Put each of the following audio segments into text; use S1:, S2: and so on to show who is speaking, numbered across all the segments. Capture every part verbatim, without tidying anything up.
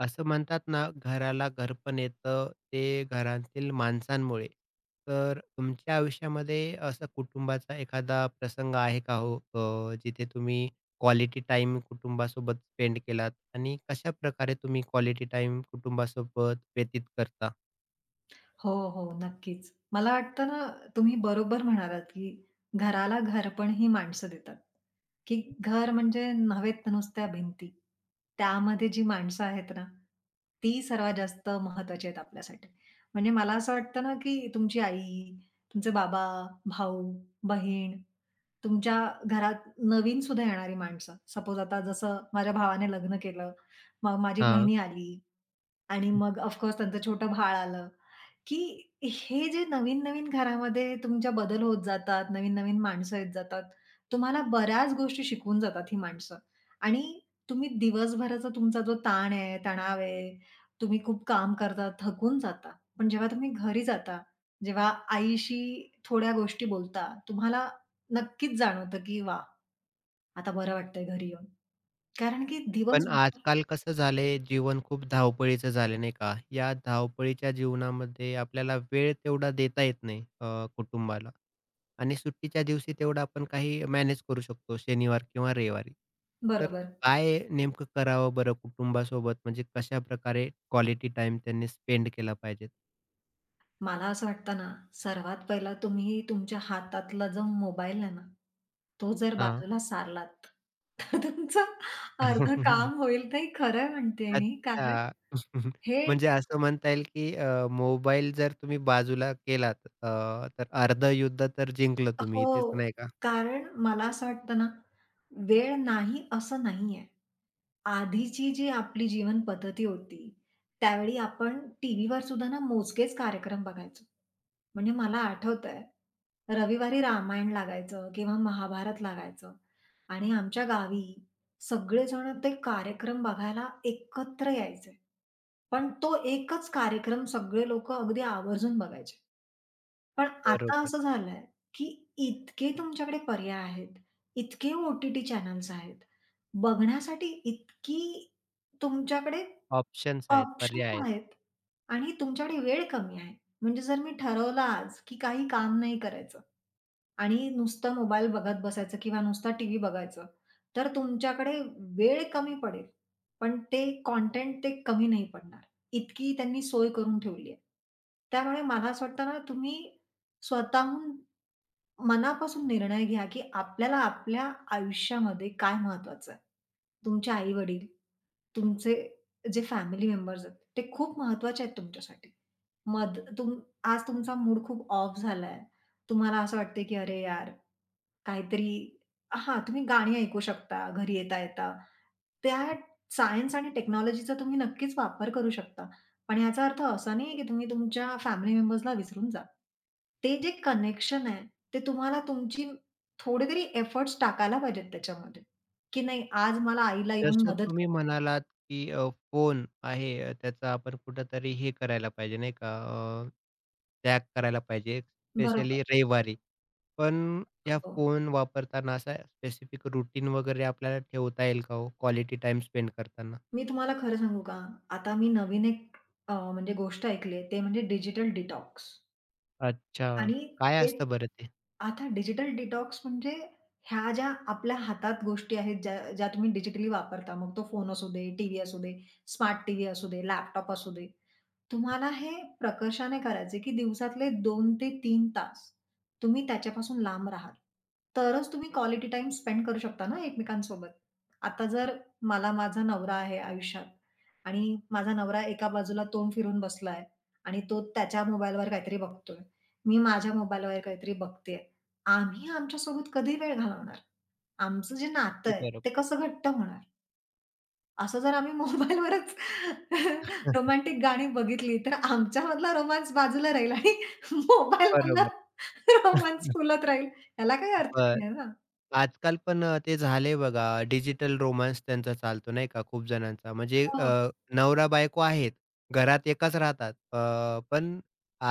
S1: असं म्हणतात ना, घराला घरपण येतं, ते घरातील माणसांमुळे. तर तुमच्या आयुष्यामध्ये असा कुटुंबाचा एखादा प्रसंग आहे का हो? अ, जिथे तुम्ही क्वालिटी टाईम कुटुंबासोबत स्पेंड केलात आणि कशाप्रकारे तुम्ही क्वालिटी टाईम कुटुंबासोबत व्यतीत करता?
S2: हो, हो. नक्कीच. मला वाटतं ना, तुम्ही बरोबर म्हणालात, की घराला घरपण ही माणसं देतात, की घर म्हणजे नव्हेत नुसत्या भिंती. त्यामध्ये जी माणसं आहेत ना, ती सर्वात जास्त महत्त्वाची आहेत आपल्यासाठी. म्हणजे मला असं वाटतं ना, की तुमची आई, तुमचे बाबा, भाऊ, बहीण, तुमच्या घरात नवीन सुद्धा येणारी माणसं. सपोज आता जसं माझ्या भावाने लग्न केलं, मग माझी
S1: हां.
S2: बहिणी आली. आणि मग ऑफ कोर्स त्यांचं छोटं बाळ आलं, की हे जे नवीन-नवीन घरामध्ये तुमच्या बदल होत जातात, नवीन-नवीन माणसं येत जातात. तुम्हाला बऱ्याच गोष्टी शिकवून जातात ही माणसं आणि तुम्ही दिवसभराचा तुमचा जो ताण आहे, तणाव आहे, तुम्ही खूप काम करता, थकून जाता. पण जेव्हा तुम्ही घरी जाता, जेव्हा आईशी थोड्या गोष्टी बोलता, तुम्हाला नक्कीच जाणवतं, की वाह! आता बरं वाटतंय घरी येऊन. कारण की
S1: पण
S2: दिवसभर
S1: आजकाल कसं झालंय, जीवन खूप धावपळीचं झालं, नाही का? या धावपळीच्या जीवनामध्ये आपल्याला वेळ तेवढा देता येत नाही, अ, कुटुंबाला. आणि सुट्टीच्या दिवशी तेवढं आपण काही मॅनेज करू शकतो शनिवार किंवा रविवारी. तर
S2: बरोबर.
S1: काय नेमकं करावं बरं कुटुंबासोबत म्हणजे कशाप्रकारे क्वालिटी टाईम त्यांनी स्पेंड केला पाहिजे?
S2: मला असं वाटतं ना, सर्वात पहिला तुम्ही तुमच्या हातातला जो मोबाईल आहे ना, तो जर
S1: हां.
S2: बाजूला सारलात, तर तुमचं अर्धं काम होईल. ते खरं म्हणतेय मी. कारण
S1: अच्छा.
S2: हे
S1: म्हणजे असं म्हणता येईल की अ, मोबाईल जर तुम्ही बाजूला केलात, अ, तर अर्ध युद्ध तर जिंकलं तुम्ही. तेच
S2: हो.
S1: नाही का?
S2: कारण मला असं वाटतं ना, वेळ नाही असं नाहीये. आधीची जी आपली जीवन पद्धती होती, त्यावेळी आपण टीव्हीवर सुद्धा ना मोजकेच कार्यक्रम बघायचो. म्हणजे मला आठवत आठवतंय, रविवारी रामायण लागायचं किंवा महाभारत लागायचं आणि आमच्या गावी सगळेजण ते कार्यक्रम बघायला एकत्र यायचे. पण तो एकच कार्यक्रम सगळे लोकं अगदी आवर्जून बघायचे. पण आता
S1: बरोबर.
S2: असं झालंय, की इतके तुमच्याकडे पर्याय आहेत, इतके ओ-टी-टी चॅनल्स आहेत, बघण्यासाठी इतकी तुमच्याकडे
S1: ऑप्शन्स आहेत,
S2: ऑप्शन
S1: पर्याय आहेत.
S2: आहेत आणि तुमच्याकडे वेळ कमी आहे. म्हणजे जर मी ठरवलं आज, की काही काम नाही करायचं आणि नुसतं मोबाईल बघत बसायचं किंवा नुसता टीव्ही बघायचं, तर तुमच्याकडे वेळ कमी पडेल, पण ते कंटेंट ते कमी नाही पडणार. इतकी त्यांनी सोय करून ठेवली आहे. त्यामुळे मला असं वाटतं ना, तुम्ही स्वतःहून मनापासून निर्णय घ्या, की आपल्याला आपल्या आयुष्यामध्ये काय महत्त्वाचं आहे. तुमचे आई-वडील, तुमचे जे फॅमिली मेंबर्स आहेत, ते खूप महत्त्वाचे आहेत तुमच्यासाठी. मध तुम आज तुमचा मूड खूप ऑफ झालाय. तुम्हाला असं वाटतंय, की "अरे यार, काहीतरी". हां, तुम्ही गाणी ऐकू शकता घरी येता-येता. त्या सायन्स आणि टेक्नॉलॉजीचा तुम्ही नक्कीच वापर करू शकता. पण याचा अर्थ असा नाहीये, की तुम्ही तुमच्या फॅमिली मेंबर्सला विसरून जा. ते जे कनेक्शन आहे, ते तुम्हाला तुमची थोडे तरी एफर्ट्स टाकायला पाहिजेत त्याच्यामध्ये, की नाही आज मला आईला येऊन
S1: जसं
S2: मदत
S1: तुम्ही
S2: करते.
S1: म्हणालात, की अ, फोन आहे, अ, त्याचा आपण कुठेतरी हे करायला पाहिजे नाही का, अ, त्याग करायला पाहिजे स्पेशली
S2: बरोबर.
S1: रविवारी. पण या
S2: हो.
S1: फोन वापरताना असा स्पेसिफिक रूटीन वगैरे आपल्याला ठेवता येईल का हो क्वालिटी टाईम स्पेंड करताना?
S2: मी तुम्हाला खरं सांगू का? आता मी नवीन एक अ, म्हणजे गोष्ट ऐकली ते म्हणजे डिजिटल डिटॉक्स.
S1: अच्छा.
S2: आणि
S1: काय
S2: ते
S1: असतं बरं ते?
S2: आता डिजिटल डिटॉक्स म्हणजे ह्या ज्या आपल्या हातात गोष्टी आहेत ज्या ज्या तुम्ही डिजिटली वापरता, मग तो फोन असू दे, टीव्ही असू दे, स्मार्ट टीव्ही असू दे, लॅपटॉप असू दे. तुम्हाला हे प्रकर्षाने करायचे की दिवसातले दोन ते तीन तास तुम्ही त्याच्यापासून लांब राहाल. तरच तुम्ही क्वालिटी टाईम स्पेंड करू शकता ना एकमेकांसोबत. आता जर मला माझा नवरा आहे आयुष्यात आणि माझा नवरा एका बाजूला तोंड फिरून बसलाय आणि तो त्याच्या मोबाईलवर काहीतरी बघतोय. मी माझ्या मोबाईलवर काहीतरी बघतेय. आम्ही आमच्यासोबत कधी वेळ घालवणार? आमचं जे नातं
S1: ते
S2: आहे,
S1: बरोबर.
S2: ते कसं घट्ट होणार? असं जर आम्ही मोबाईलवरच रोमॅन्टिक गाणी बघितली, तर आमच्यामधला रोमान्स बाजूला राहील आणि मोबाईलमधला
S1: बरोबर.
S2: रोमान्स फुलत राहील. याला काही अर्थ
S1: बरं,
S2: नाही आहे ना.
S1: आजकाल पण, अ, ते झालंय बघा, डिजिटल रोमान्स त्यांचा चालतो नाही का खूप जणांचा. म्हणजे, अ, नवरा बायको आहेत, घरात एकच राहतात. अ, पण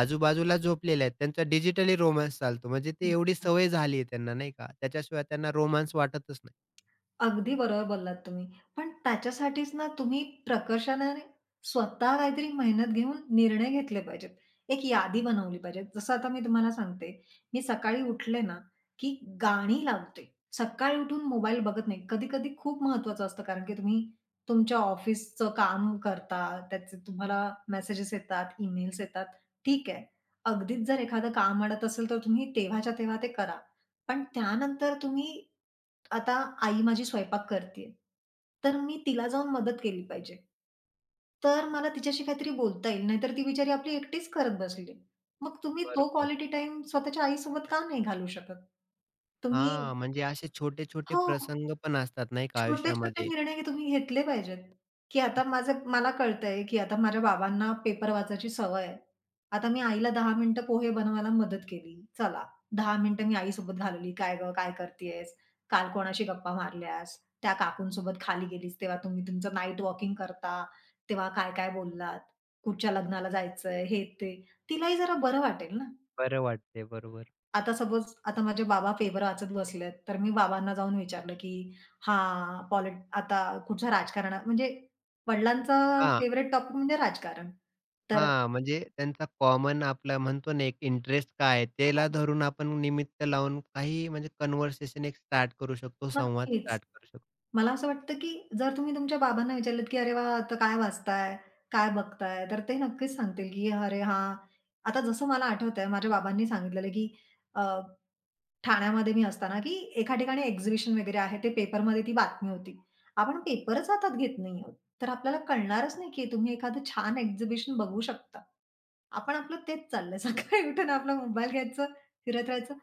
S1: आजूबाजूला झोपलेल्या आहेत. त्यांचा डिजिटली रोमान्स चालतो. म्हणजे ते एवढी
S2: हो.
S1: सवय झाली आहे त्यांना नाही का. त्याच्याशिवाय त्यांना रोमान्स वाटतच नाही.
S2: अगदी बरोबर बोललात तुम्ही. पण त्याच्यासाठीच ना तुम्ही प्रकर्षाने स्वतः काहीतरी मेहनत घेऊन निर्णय घेतले पाहिजेत. एक यादी बनवली पाहिजे. जसं आता मी तुम्हाला सांगते, मी सकाळी उठले ना, की गाणी लावते. सकाळी उठून मोबाईल बघत नाही. कधी-कधी खूप महत्वाचं असतं कारण की तुम्ही तुमच्या ऑफिसचं काम करता, त्याचे तुम्हाला मेसेजेस येतात, ईमेल्स येतात. ठीक आहे. अगदीच जर एखादं काम अडत असेल तर तुम्ही तेव्हाच्या तेव्हा ते करा. पण त्यानंतर तुम्ही आता आई माझी स्वयंपाक करतेय, तर मी तिला जाऊन मदत केली पाहिजे. तर मला तिच्याशी काहीतरी बोलता येईल, नाहीतर ती बिचारी आपली एकटीच करत बसली. मग तुम्ही तो
S1: बरोबर.
S2: क्वालिटी टाईम स्वतःच्या आईसोबत का नाही घालवू शकत? तुम्ही
S1: हां, म्हणजे असे छोटे-छोटे
S2: हो.
S1: प्रसंग पण असतात नाही का
S2: छोटे-छोटे
S1: आयुष्यामध्ये.
S2: निर्णय तुम्ही घेतले पाहिजेत, की आता माझं मला कळतंय, की आता माझ्या बाबांना पेपर वाचायची सवय आहे. आता मी आईला दहा मिनिटं पोहे बनवायला मदत केली. चला, दहा मिनिटं मी आईसोबत घालवली. "काय गं, काय करतीयेस? काल कोणाशी गप्पा मारल्यास? त्या काकूंसोबत खाली गेलीस, तेव्हा तुम्ही तुमचं नाईट वॉकिंग करता, तेव्हा काय-काय बोललात? कुठच्या लग्नाला जायचंय?" हे ते. तिलाही जरा बरं वाटेल ना.
S1: बरं वाटते. बरोबर.
S2: आता सपोज आता माझे बाबा पेपर वाचत बसलेत, तर मी बाबांना जाऊन विचारलं, की हां, पॉलिट आता कुठच्या राजकारणा म्हणजे वडिलांचा
S1: हा,
S2: फेव्हरेट टॉपिक म्हणजे राजकारण. तर
S1: हां, म्हणजे त्यांचा कॉमन आपला म्हणतो ना, एक इंटरेस्ट काय आहे,
S2: हो,
S1: त्याला धरून आपण निमित्त लावून काही म्हणजे कन्व्हर्सेशन एक स्टार्ट करू शकतो, संवाद
S2: नक्कीच.
S1: स्टार्ट करू शकतो.
S2: मला असं वाटतं, की जर तुम्ही तुमच्या बाबांना विचारलत, की "अरे वाह! आता काय वाचताय? काय बघताय?" तर ते नक्कीच सांगतील, की "अरे हां." आता जसं मला आठवतंय माझ्या बाबांनी सांगितलेलं, की अ, ठाण्यामध्ये मी असताना, की एका ठिकाणी एक्झिबिशन वगैरे आहे. ते पेपरमध्ये ती बातमी होती. आपण पेपरच हातात घेत नाही आहोत. तर आपल्याला कळणारच नाही, की तुम्ही एखादं छान एक्झिबिशन बघू शकता. आपण आपलं तेच चाललंय. सकाळी उठून आपला मोबाईल घ्यायचं, फिरत राहायचं.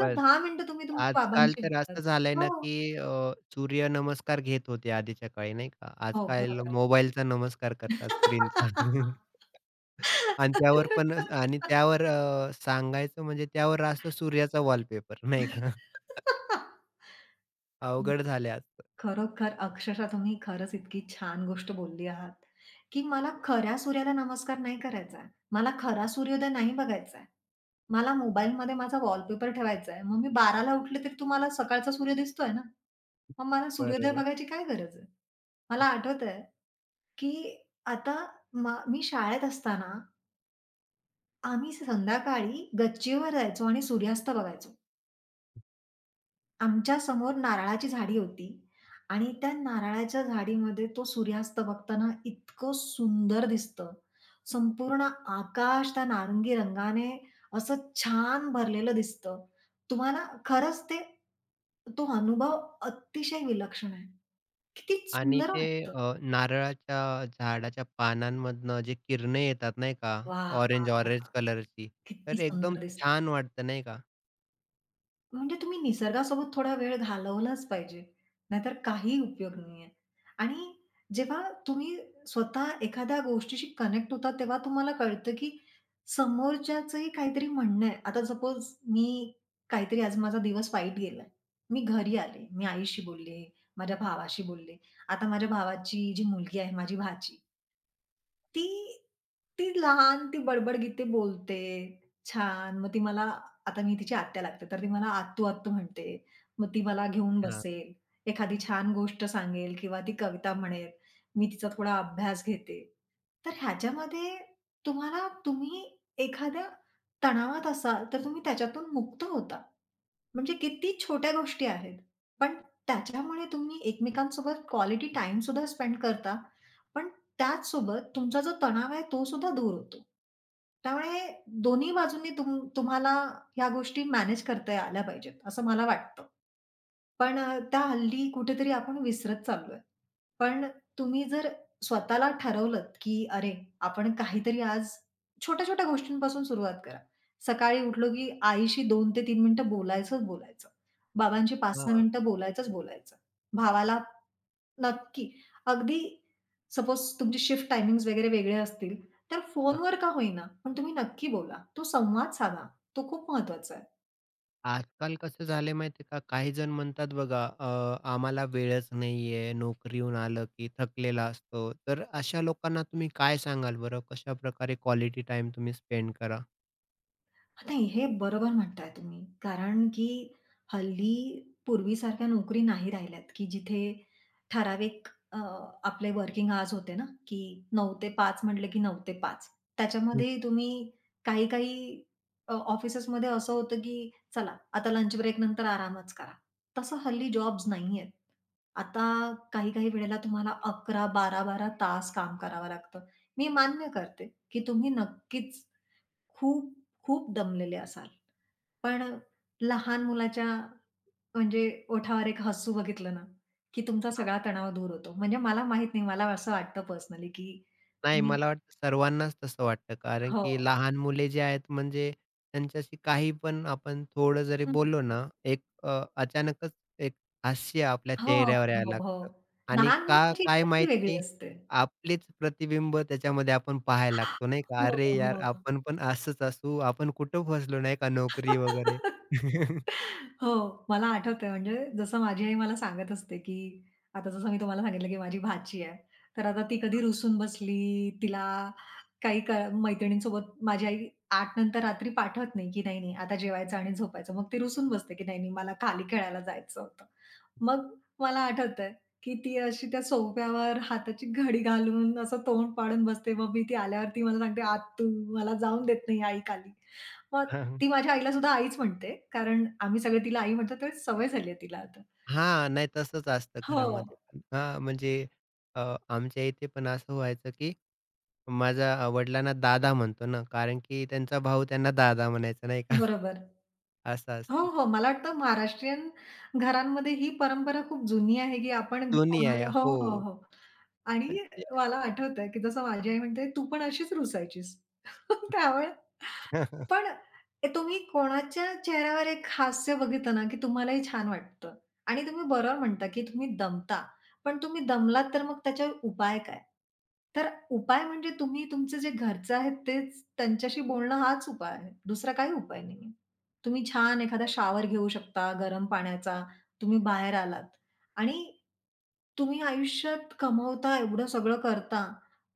S2: तर
S1: बस.
S2: दहा मिनिटं तुम्ही तुमच्या
S1: आजकाल
S2: बाबांशी
S1: तर
S2: बोलतात.
S1: असं झालंय ना,
S2: हो,
S1: की अ, सूर्य नमस्कार घेत होते आधीच्या काळी नाही का.
S2: हो,
S1: आजकाल
S2: बरोबर.
S1: मोबाईलचा नमस्कार करतात स्क्रीनचा. आणि त्यावर पण, आणि त्यावर, अ, सांगायचं म्हणजे त्यावर असतो सूर्याचा वॉलपेपर नाही का.
S2: हं.
S1: अवघड झालंय आजकाल.
S2: खरोखर अक्षरशः तुम्ही खरंच इतकी छान गोष्ट बोलली आहात, की मला खऱ्या सूर्याला नमस्कार नाही करायचा आहे. मला खरा सूर्योदय नाही बघायचा आहे. मला मोबाईलमध्ये माझा वॉलपेपर ठेवायचा आहे. मग मी बारा ला उठले तरी तुम्हाला सकाळचा सूर्य दिसतोय ना. मग मला सूर्योदय
S1: बरोबर.
S2: बघायची काय गरज आहे? मला आठवतंय, की आता म मी शाळेत असताना आम्ही संध्याकाळी गच्चीवर जायचो आणि सूर्यास्त बघायचो. आमच्या समोर नारळाची झाडी होती आणि त्या नारळाच्या झाडीमध्ये तो सूर्यास्त बघताना इतकं सुंदर दिसतं. संपूर्ण आकाश त्या नारंगी रंगाने असं छान भरलेलं दिसतं. तुम्हाला खरंच ते तो अनुभव अतिशय विलक्षण आहे. किती
S1: आणि
S2: सुंदर
S1: ते,
S2: वाटतं.
S1: अ, नारळाच्या झाडाच्या पानांमधनं जे किरणे येतात नाही का,
S2: वाह!
S1: ऑरेंज,
S2: वाह!
S1: ऑरेंज
S2: वाह!
S1: कलरची,
S2: किती
S1: तर एकदम
S2: सुंदर दिसतं.
S1: छान वाटतं नाही का?
S2: म्हणजे तुम्ही निसर्गासोबत थोडा वेळ घालवलाच पाहिजे. नाहीतर काही उपयोग नाहीये. आणि जेव्हा तुम्ही स्वतः एखाद्या गोष्टीशी कनेक्ट होता, तेव्हा तुम्हाला कळतं, की समोरच्याचंही काहीतरी म्हणणं आहे. आता सपोज मी काहीतरी आज माझा दिवस वाईट गेलाय. मी घरी आले, मी आईशी बोलले, माझ्या भावाशी बोलले. आता माझ्या भावाची जी मुलगी आहे, माझी भाची, ती ती लहान, ती बडबड-गीते बोलते छान. मग ती मला आता मी तिची आत्या लागते, तर ती मला आत्तू-आत्तू म्हणते. मग ती मला घेऊन
S1: हां,
S2: बसेल, एखादी छान गोष्ट सांगेल किंवा ती कविता म्हणेल. मी तिचा थोडा अभ्यास घेते. तर ह्याच्यामध्ये तुम्हाला तुम्ही एखाद्या तणावात असाल, तर तुम्ही त्याच्यातून मुक्त होता. म्हणजे किती छोट्या गोष्टी आहेत, पण त्याच्यामुळे तुम्ही एकमेकांसोबत क्वालिटी टाईम सुद्धा स्पेंड करता. पण त्याचसोबत तुमचा जो तणाव आहे तो सुद्धा दूर होतो. त्यामुळे दोन्ही बाजूंनी तुम तुम्हाला ह्या गोष्टी मॅनेज करता आल्या पाहिजेत, असं मला वाटतं. पण अ, त्या हल्ली कुठेतरी आपण विसरत चाललोय. पण तुम्ही जर स्वतःला ठरवलत, की "अरे, आपण काहीतरी आज छोट्या-छोट्या गोष्टींपासून सुरुवात करा." सकाळी उठलो, की आईशी दोन ते तीन मिनिटं बोलायचंच बोलायचं. बाबांशी पाच सहा
S1: हां,
S2: मिनिटं बोलायचंच बोलायचं. भावाला नक्की. अगदी सपोज तुमची शिफ्ट टायमिंग्स वगैरे वेगळे असतील, तर
S1: हां.
S2: फोनवर का होईना, पण तुम्ही नक्की बोला. तो संवाद साधा. तो खूप महत्वाचा आहे.
S1: आजकाल कसं झालंय माहिती आहे का, काही जण म्हणतात बघा, अ, आम्हाला वेळच नाहीये, नोकरीहून आलं की थकलेला असतो. तर अशा लोकांना तुम्ही काय सांगाल बरं? कशाप्रकारे क्वालिटी टाईम तुम्ही स्पेंड करा?
S2: नाही, हे बरोबर म्हणताय तुम्ही. कारण की हल्ली पूर्वीसारख्या नोकरी नाही राहिल्यात, की जिथे ठराविक अ, आपले वर्किंग आवर्स होते ना, की नऊ ते पाच म्हटलं की नऊ ते पाच. त्याच्यामध्ये तुम्ही काही-काही अ, ऑफिसेसमध्ये असं होतं, की चला आता लंच ब्रेक नंतर आरामच करा. तसं हल्ली जॉब्स नाही आहेत. आता काही-काही वेळेला तुम्हाला अकरा, बारा बारा तास काम करावं लागतं. मी मान्य करते, की तुम्ही नक्कीच खूप, खूप दमलेले असाल. पण अ, लहान मुलाच्या म्हणजे ओठावर एक हसू बघितलं ना, की तुमचा
S1: हं.
S2: सगळा तणाव दूर होतो. म्हणजे मला माहीत नाही, मला असं वाटतं पर्सनली, की
S1: नाही,
S2: मी
S1: मला वाटतं सर्वांनाच तसं वाटतं. कारण
S2: हो.
S1: की लहान मुले जे आहेत म्हणजे त्यांच्याशी काही पण आपण थोडं जरी
S2: हं.
S1: बोललो ना, एक, अ, अचानकच एक हास्य आपल्या
S2: हो,
S1: चेहऱ्यावर यायला
S2: हो, हो.
S1: लागतं आणि
S2: लहान
S1: का
S2: मुलांची
S1: काय
S2: एनर्जी
S1: माहीत
S2: वेगळी
S1: नाही,
S2: असते.
S1: आपलेच प्रतिबिंब त्याच्यामध्ये आपण पाहायला लागतो नाही का?
S2: हो,
S1: "अरे यार,
S2: हो.
S1: आपण पण असंच असू, आपण कुठं फसलो नाही का नोकरी वगैरे."
S2: हो, मला आठवतंय म्हणजे जसं माझी आई मला सांगत असते, की आता जसं मी तुम्हाला सांगितलं, की माझी भाची आहे. तर आता ती कधी रुसून बसली, तिला काही क मैत्रिणींसोबत माझी आई आठ नंतर रात्री पाठवत नाही, की नाही, नाही आता जेवायचं आणि झोपायचं. मग ती रुसून बसते, की नाही, नाही मला खाली खेळायला जायचं होतं. मग मला आठवतंय, की ती अशी त्या सोफ्यावर हाताची घडी घालून असं तोंड पाडून बसते. मग मी ती आल्यावरती मला सांगते, "आत्तू मला जाऊन देत नाही आई खाली." मग
S1: हां.
S2: ती माझ्या आईला सुद्धा आईच म्हणते, कारण आम्ही सगळे तिला आई म्हणतो तर सवय झाली आहे तिला आता.
S1: हां, नाही तसंच असतं
S2: हो.
S1: घरामध्ये पण. हां, म्हणजे, अ, आमच्या इथे पण असं व्हायचं, की माझ्या, अ, वडिलांना दादा म्हणतो ना, कारण की त्यांचा भाऊ त्यांना दादा म्हणायचा नाही का.
S2: बरोबर.
S1: असं
S2: हो,
S1: असतं.
S2: हो. मला वाटतं महाराष्ट्रीयन घरांमध्ये ही परंपरा खूप जुनी आहे, की आपण
S1: दोन्ही आहे.
S2: कोणाला हो,
S1: हो,
S2: हो, हो. आणि
S1: म्हणजे
S2: मला आठवतंय, की जसं माझी आई म्हणते, "तू पण अशीच रुसायचीस." त्यामुळे पण ए तुम्ही कोणाच्या चेहऱ्यावर एक हास्य बघितलं ना, की तुम्हालाही छान वाटतं आणि तुम्ही बरोबर म्हणता, की तुम्ही दमता. पण तुम्ही दमलात तर मग त्याच्यावर उपाय काय? तर उपाय म्हणजे तुम्ही तुमचे जे घरचे आहेत तेच त्यांच्याशी बोलणं हाच उपाय आहे. दुसरा काही उपाय नाहीये. तुम्ही छान एखादा शॉवर घेऊ शकता गरम पाण्याचा. तुम्ही बाहेर आलात आणि तुम्ही आयुष्यात कमवता, एवढं सगळं करता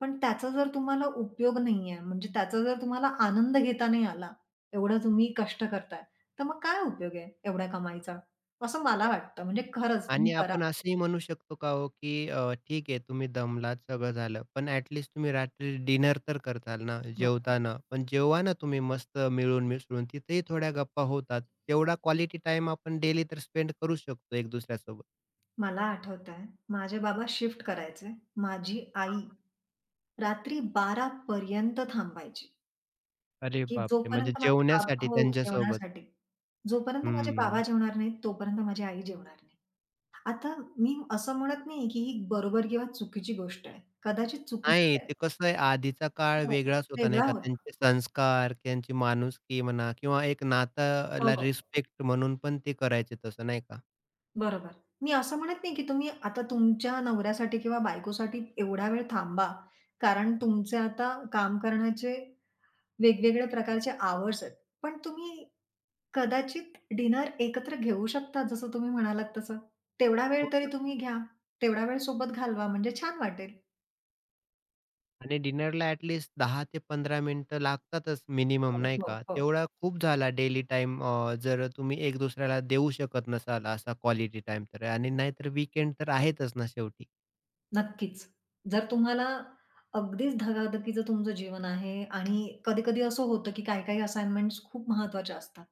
S2: पण त्याचा जर तुम्हाला उपयोग नाहीये, म्हणजे त्याचा जर तुम्हाला आनंद घेता नाही आला, एवढं तुम्ही कष्ट करताय, तर मग काय उपयोग आहे एवढ्या कमाईचा? असं मला
S1: बरं.
S2: वाटतं. म्हणजे खरंच तुम्ही
S1: आणि
S2: करा.
S1: आपण असंही म्हणू शकतो का हो, की अ, ठीक आहे तुम्ही दमलात, सगळं झालं, पण ॲट तुम्ही रात्री डिनर तर करताल ना,
S2: बरोबर.
S1: जेवताना. पण जेवा ना तुम्ही मस्त मिळून मिसळून, तिथेही थोड्या गप्पा होतात. तेवढा क्वालिटी टाईम आपण डेली तर स्पेंड करू शकतो एक दुसऱ्यासोबत.
S2: मला आठवतंय, माझे बाबा शिफ्ट करायचे. माझी आई रात्री बारा पर्यंत थांबायची,
S1: अरे
S2: की
S1: बापरे! म्हणजे
S2: जोपर्यंत माझे बाबा
S1: जेवण्यासाठी
S2: हो,
S1: त्यांच्यासोबत.
S2: जेवणासाठी. जोपर्यंत माझे बाबा
S1: हं.
S2: जेवणार नाहीत, तोपर्यंत माझी आई जेवणार नाही. आता मी असं म्हणत नाही, की ही बरोबर किंवा चुकीची गोष्ट आहे. कदाचित चुकीची
S1: नाही,
S2: आहे.
S1: ते कसं आहे आधीचा काळ
S2: हो,
S1: वेगळाच होता नाही
S2: वेगळा
S1: का?
S2: होता.
S1: त्यांचे संस्कार, त्यांची माणुसकी म्हणा किंवा एक
S2: हो,
S1: नात्याला
S2: हो.
S1: रिस्पेक्ट म्हणून पण ते करायचे तसं नाही का?
S2: बरोबर. मी असं म्हणत नाही की तुम्ही आता तुमच्या नवऱ्यासाठी किंवा बायकोसाठी एवढा वेळ थांबा. कारण तुमचे आता काम करण्याचे वेगवेगळ्या प्रकारचे आवर्स आहेत. पण तुम्ही कदाचित डिनर एकत्र घेऊ शकता जसं तुम्ही म्हणालात तसं. तेवढा वेळ
S1: हो
S2: तरी
S1: ना.
S2: तुम्ही घ्या. तेवढा वेळ सोबत घालवा म्हणजे छान वाटेल.
S1: आणि डिनरला ॲट लीस्ट दहा ते पंधरा मिनिटं लागतातच मिनिमम
S2: हो,
S1: नाही
S2: हो,
S1: का?
S2: हो.
S1: तेवढा खूप झाला डेली टाईम, जर तुम्ही एक दुसऱ्याला देऊ शकत नसाल असा क्वालिटी टाईम तर. आणि नाहीतर वीकेंड तर आहेतच ना शेवटी.
S2: नक्कीच. जर तुम्हाला अगदीच धगाधकीचं तुमचं जीवन आहे आणि कधी-कधी असं होतं, की काही-काही असाइनमेंट्स खूप महत्त्वाच्या असतात.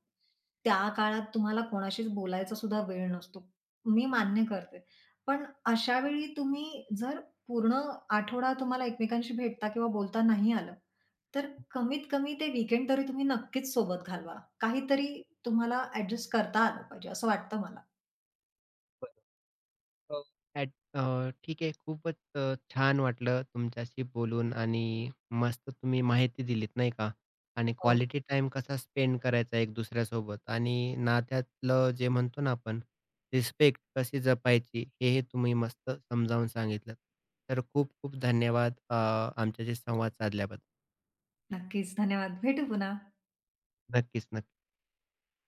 S2: त्या काळात तुम्हाला कोणाशीच बोलायचा सुद्धा वेळ नसतो. मी मान्य करते. पण अशा वेळी तुम्ही जर पूर्ण आठवडा तुम्हाला एकमेकांशी भेटता किंवा बोलता नाही आलं, तर कमीत कमी ते वीकेंड तरी तुम्ही नक्कीच सोबत घालवा. काहीतरी तुम्हाला ॲडजस्ट करता आलं पाहिजे असं वाटतं मला.
S1: बरं. हो. ॲट, अ, ठीक आहे. खूपच, अ, छान वाटलं तुमच्याशी बोलून आणि मस्त तुम्ही माहिती दिलीत नाही का आणि
S2: हो.
S1: क्वालिटी टाइम कसा स्पेंड करायचा एक दुसऱ्यासोबत आणि नात्यातलं जे म्हणतो ना आपण रिस्पेक्ट कशी जपायची, हे हे तुम्ही मस्त समजावून सांगितलं. तर खूप खूप धन्यवाद, अ, आमच्याशी संवाद साधल्याबद्दल.
S2: नक्कीच. धन्यवाद. भेटू पुन्हा.
S1: नक्कीच, नक्की.